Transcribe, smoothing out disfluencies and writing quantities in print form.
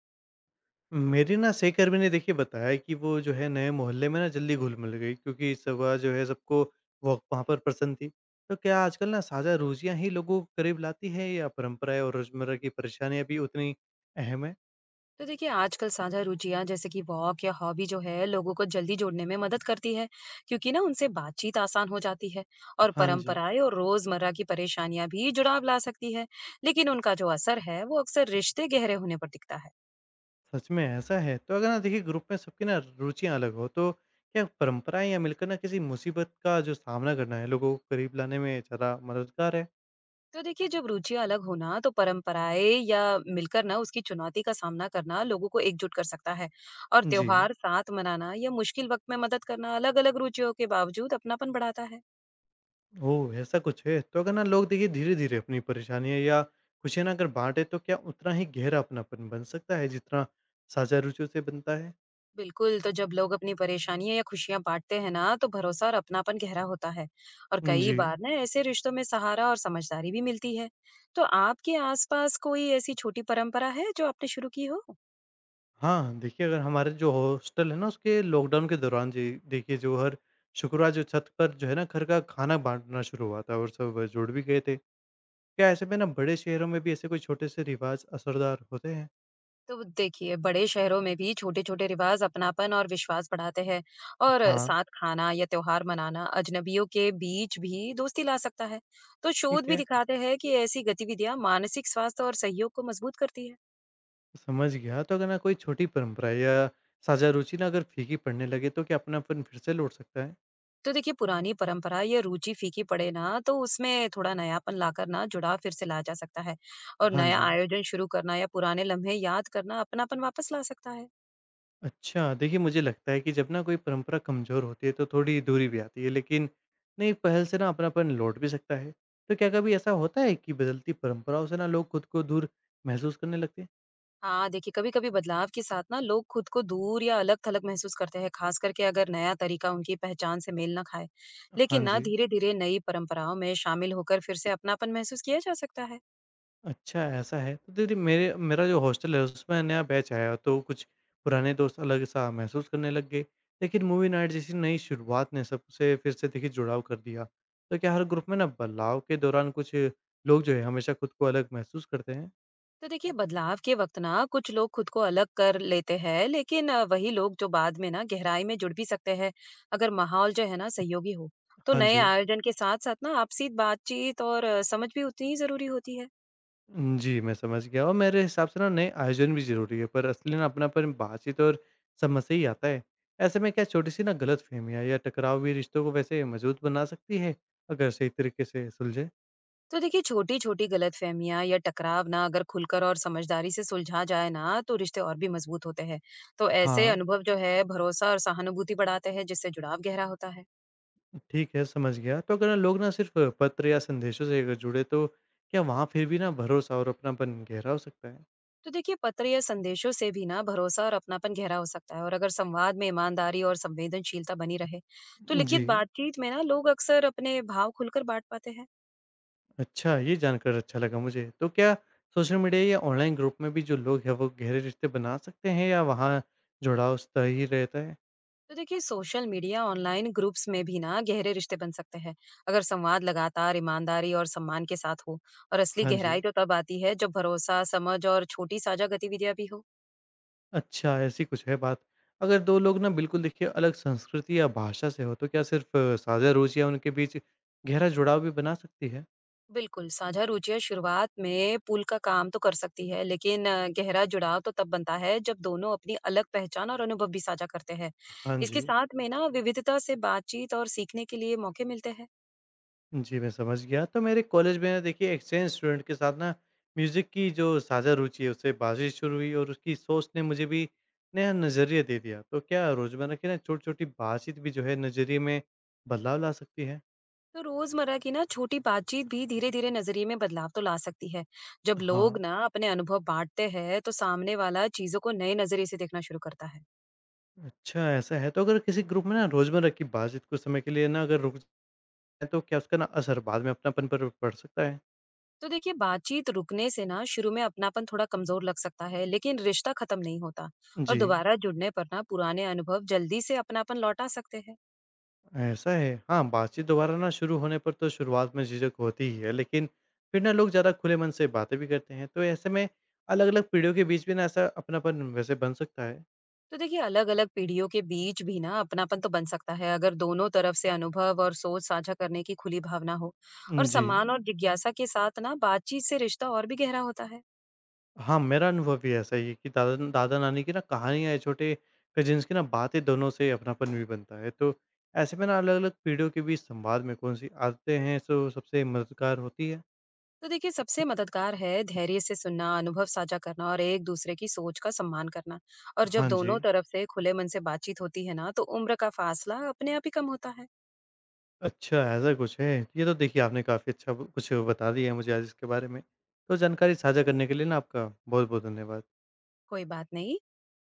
मेरे ना सहकर्मी ने देखिए बताया कि वो जो है नए मोहल्ले में ना जल्दी घुल मिल गई क्योंकि सुबह जो है सबको वॉक वहाँ पर पसंद थी। तो क्या आजकल ना साझा रुचियां ही लोगों को करीब लाती है या परंपराएं और रोजमर्रा की परेशानियां भी उतनी अहम है। तो देखिए आजकल साझा रुचियां जैसे कि वॉक या हॉबी जो है लोगों को जल्दी जोड़ने में मदद करती है, क्योंकि ना उनसे बातचीत आसान हो जाती है। और हाँ जी। परंपराएं और रोजमर्रा की परेशानियां भी जुड़ाव ला सकती है, लेकिन उनका जो असर है वो अक्सर रिश्ते गहरे होने पर दिखता है। सच में ऐसा है? तो अगर ना देखिए ग्रुप में सबकी ना रुचियां अलग हो तो क्या परंपराएं या मिलकर ना किसी मुसीबत का जो सामना करना है लोगों को करीब लाने में ज़्यादा मददगार है। तो देखिए जब रुचियां अलग होना तो परंपराएं या मिलकर ना उसकी चुनौती का सामना करना लोगों को एकजुट कर सकता है। और जी। त्योहार साथ मनाना या मुश्किल वक्त में मदद करना अलग अलग रुचियों के बावजूद अपनापन बढ़ाता है। ओह! ऐसा कुछ है? तो अगर ना लोग देखिए धीरे-धीरे अपनी परेशानियाँ या खुशियाँ ना अगर बाँटे तो क्या उतना ही गहरा अपनापन बन सकता है जितना साझा रुचियों से बनता है? बिल्कुल, तो जब लोग अपनी परेशानियाँ या खुशियाँ बाँटते हैं ना, तो भरोसा और अपनापन गहरा होता है। और कई जी। बार ना ऐसे रिश्तों में सहारा और समझदारी भी मिलती है। तो आपके आसपास कोई ऐसी छोटी परंपरा है जो आपने शुरू की हो? हाँ, देखिए अगर हमारे जो हॉस्टल है ना उसके लॉकडाउन के दौरान जी देखिए जो हर शुक्रवार जो छत पर जो है ना घर का खाना बाँटना शुरू हुआ था और सब जुड़ भी गए थे। क्या ऐसे में ना बड़े शहरों में भी ऐसे कोई छोटे से रिवाज़ असरदार होते हैं? तो देखिए, बड़े शहरों में भी छोटे-छोटे रिवाज अपनापन और विश्वास बढ़ाते हैं। और हाँ। साथ खाना या त्योहार मनाना अजनबियों के बीच भी दोस्ती ला सकता है। तो शोध ठीक भी है। दिखाते हैं कि ऐसी गतिविधियाँ मानसिक स्वास्थ्य और सहयोग को मजबूत करती है। समझ गया। तो अगर ना कोई छोटी परंपरा या साझा रुचि ना अगर फीकी पड़ने लगे तो क्या अपनापन फिर से लौट सकता है? तो देखिए पुरानी परंपरा या रुचि फीकी पड़े ना, तो उसमें थोड़ा नयापन लाकर ना जुड़ाव फिर से लाया जा सकता है। और हाँ नया जी। आयोजन शुरू करना या पुराने लम्हे याद करना अपनापन वापस ला सकता है। अच्छा, देखिए मुझे लगता है कि जब ना कोई परंपरा कमज़ोर होती है तो थोड़ी दूरी भी आती है, लेकिन नई पहल से ना अपनापन लौट भी सकता है। तो क्या कभी ऐसा होता है कि बदलती परंपराओं से ना लोग खुद को दूर महसूस करने लगते हैं? हाँ देखिए कभी कभी बदलाव के साथ ना लोग खुद को दूर या अलग थलग महसूस करते हैं, खास करके अगर नया तरीका उनकी पहचान से मेल ना खाए। लेकिन हाँ ना जी। धीरे धीरे नई परंपराओं में शामिल होकर फिर से अपनापन महसूस किया जा सकता है। अच्छा ऐसा है। तो दीदी मेरे मेरा जो हॉस्टल है उसमें नया बैच आया तो कुछ पुराने दोस्त अलग-सा महसूस करने लग गए। लेकिन मूवी नाइट जैसी नई शुरुआत ने सबसे फिर से देखिए जुड़ाव कर दिया। तो क्या हर ग्रुप में ना बदलाव के दौरान कुछ लोग जो है हमेशा खुद को अलग महसूस करते हैं? तो देखिए बदलाव के वक्त ना कुछ लोग खुद को अलग कर लेते हैं, लेकिन वही लोग जो बाद में ना गहराई में जुड़ भी सकते हैं अगर माहौल जो है ना सहयोगी हो। तो हाँ नए जी। आयोजन के साथ साथ ना आपसी बातचीत और समझ भी उतनी ही जरूरी होती है। जी मैं समझ गया और मेरे हिसाब से ना नए आयोजन भी ज़रूरी है पर असली ना अपनापन बातचीत और समझ से ही आता है। ऐसे में क्या छोटी-सी ना गलतफ़हमियाँ या टकराव भी रिश्तों को वैसे मज़बूत बना सकती है अगर सही तरीके से सुलझे? तो देखिए छोटी छोटी गलतफहमियां या टकराव ना अगर खुलकर और समझदारी से सुलझा जाए ना, तो रिश्ते और भी मजबूत होते हैं। तो ऐसे हाँ। अनुभव जो है भरोसा और सहानुभूति बढ़ाते हैं, जिससे जुड़ाव गहरा होता है। ठीक है, समझ गया। तो अगर ना लोग ना सिर्फ़ पत्र या संदेशों से अगर जुड़े तो क्या वहाँ फिर भी ना भरोसा और अपनापन गहरा हो सकता है? तो देखिए पत्र या संदेशों से भी ना भरोसा और अपनापन गहरा हो सकता है, और अगर संवाद में ईमानदारी और संवेदनशीलता बनी रहे तो लिखित जी। बातचीत में ना लोग अक्सर अपने भाव खुलकर बांट पाते हैं। अच्छा, ये जानकर अच्छा लगा मुझे। तो क्या सोशल मीडिया या ऑनलाइन ग्रुप में भी जो लोग हैं वो गहरे रिश्ते बना सकते हैं या वहाँ जुड़ाव स्थायी ही रहता है? तो देखिए सोशल मीडिया ऑनलाइन ग्रुप्स में भी ना गहरे रिश्ते बन सकते हैं अगर संवाद लगातार ईमानदारी और सम्मान के साथ हो। और असली हाँ जी। गहराई तो तब आती है जब भरोसा समझ और छोटी साझा गतिविधियां भी हो। अच्छा, ऐसी कुछ है बात। अगर 2 लोग ना बिल्कुल देखिए अलग संस्कृति या भाषा से हो तो क्या सिर्फ़ साझा रुचि या उनके बीच गहरा जुड़ाव भी बना सकती है? बिल्कुल, साझा रुचियाँ शुरुआत में पुल का काम तो कर सकती है, लेकिन गहरा जुड़ाव तो तब बनता है जब दोनों अपनी अलग पहचान और अनुभव भी साझा करते हैं। हाँ इसके जी। साथ में ना विविधता से बातचीत और सीखने के लिए मौके मिलते हैं। जी, मैं समझ गया। तो मेरे कॉलेज में ना देखिए एक्सचेंज स्टूडेंट के साथ ना म्यूज़िक की जो साझा रुचि है उससे बातचीत शुरू हुई और उसकी सोच ने मुझे भी नया नज़रिया दे दिया। तो क्या रोज़मर्रा की ना छोटी-छोटी बातचीत भी जो है नज़रिए में बदलाव ला सकती है? तो रोजमर्रा की ना छोटी बातचीत भी धीरे-धीरे नजरिए में बदलाव तो ला सकती है। जब लोग हाँ। ना अपने अनुभव बाँटते हैं, तो सामने वाला चीज़ों को नए नजरिए से देखना शुरू करता है। अच्छा ऐसा है। तो अगर किसी ग्रुप में ना रोज़मर्रा की बातचीत कुछ समय के लिए ना अगर रुक जाए तो क्या उसका ना असर बाद में अपनापन पर पड़ सकता है? तो देखिए बातचीत रुकने से ना शुरू में अपनापन थोड़ा कमजोर लग सकता है, लेकिन रिश्ता खत्म नहीं होता। और जी। दोबारा जुड़ने पर ना पुराने अनुभव जल्दी से अपनापन लौटा सकते हैं। ऐसा है। हाँ, बातचीत दोबारा ना शुरू होने पर तो शुरुआत में झिझक होती ही है, लेकिन फिर ना लोग ज़्यादा खुले मन से बातें भी करते हैं, तो ऐसे में अलग-अलग पीढ़ियों के बीच भी ना ऐसा अपनापन वैसे बन सकता है। तो देखिए अलग अलग पीढ़ियों के बीच भी ना अपनापन तो बन सकता है अगर दोनों तरफ से अनुभव और सोच साझा करने की खुली भावना हो। और जी। सम्मान और जिज्ञासा के साथ ना बातचीत से रिश्ता और भी गहरा होता है। हाँ, मेरा अनुभव भी ऐसा ही है कि दादा दादा-नानी की ना कहानियाँ या छोटे कज़िन्स की ना बातें दोनों से अपनापन भी बनता है, तो ऐसे में ना अलग-अलग पीढ़ियों के बीच संवाद में कौन-सी आदतें हैं सो सबसे मददगार होती है? तो देखिए सबसे मददगार है धैर्य से सुनना, अनुभव साझा करना और एक दूसरे की सोच का सम्मान करना। और जब हाँ जी। दोनों तरफ से खुले मन से बातचीत होती है ना, तो उम्र का फासला अपने आप ही कम होता है। अच्छा, ऐसा कुछ है। ये तो देखिए आपने काफ़ी अच्छा ब कुछ बता दिया है मुझे आज इसके बारे में। तो जानकारी साझा करने के लिए ना आपका बहुत-बहुत धन्यवाद। कोई बात नहीं।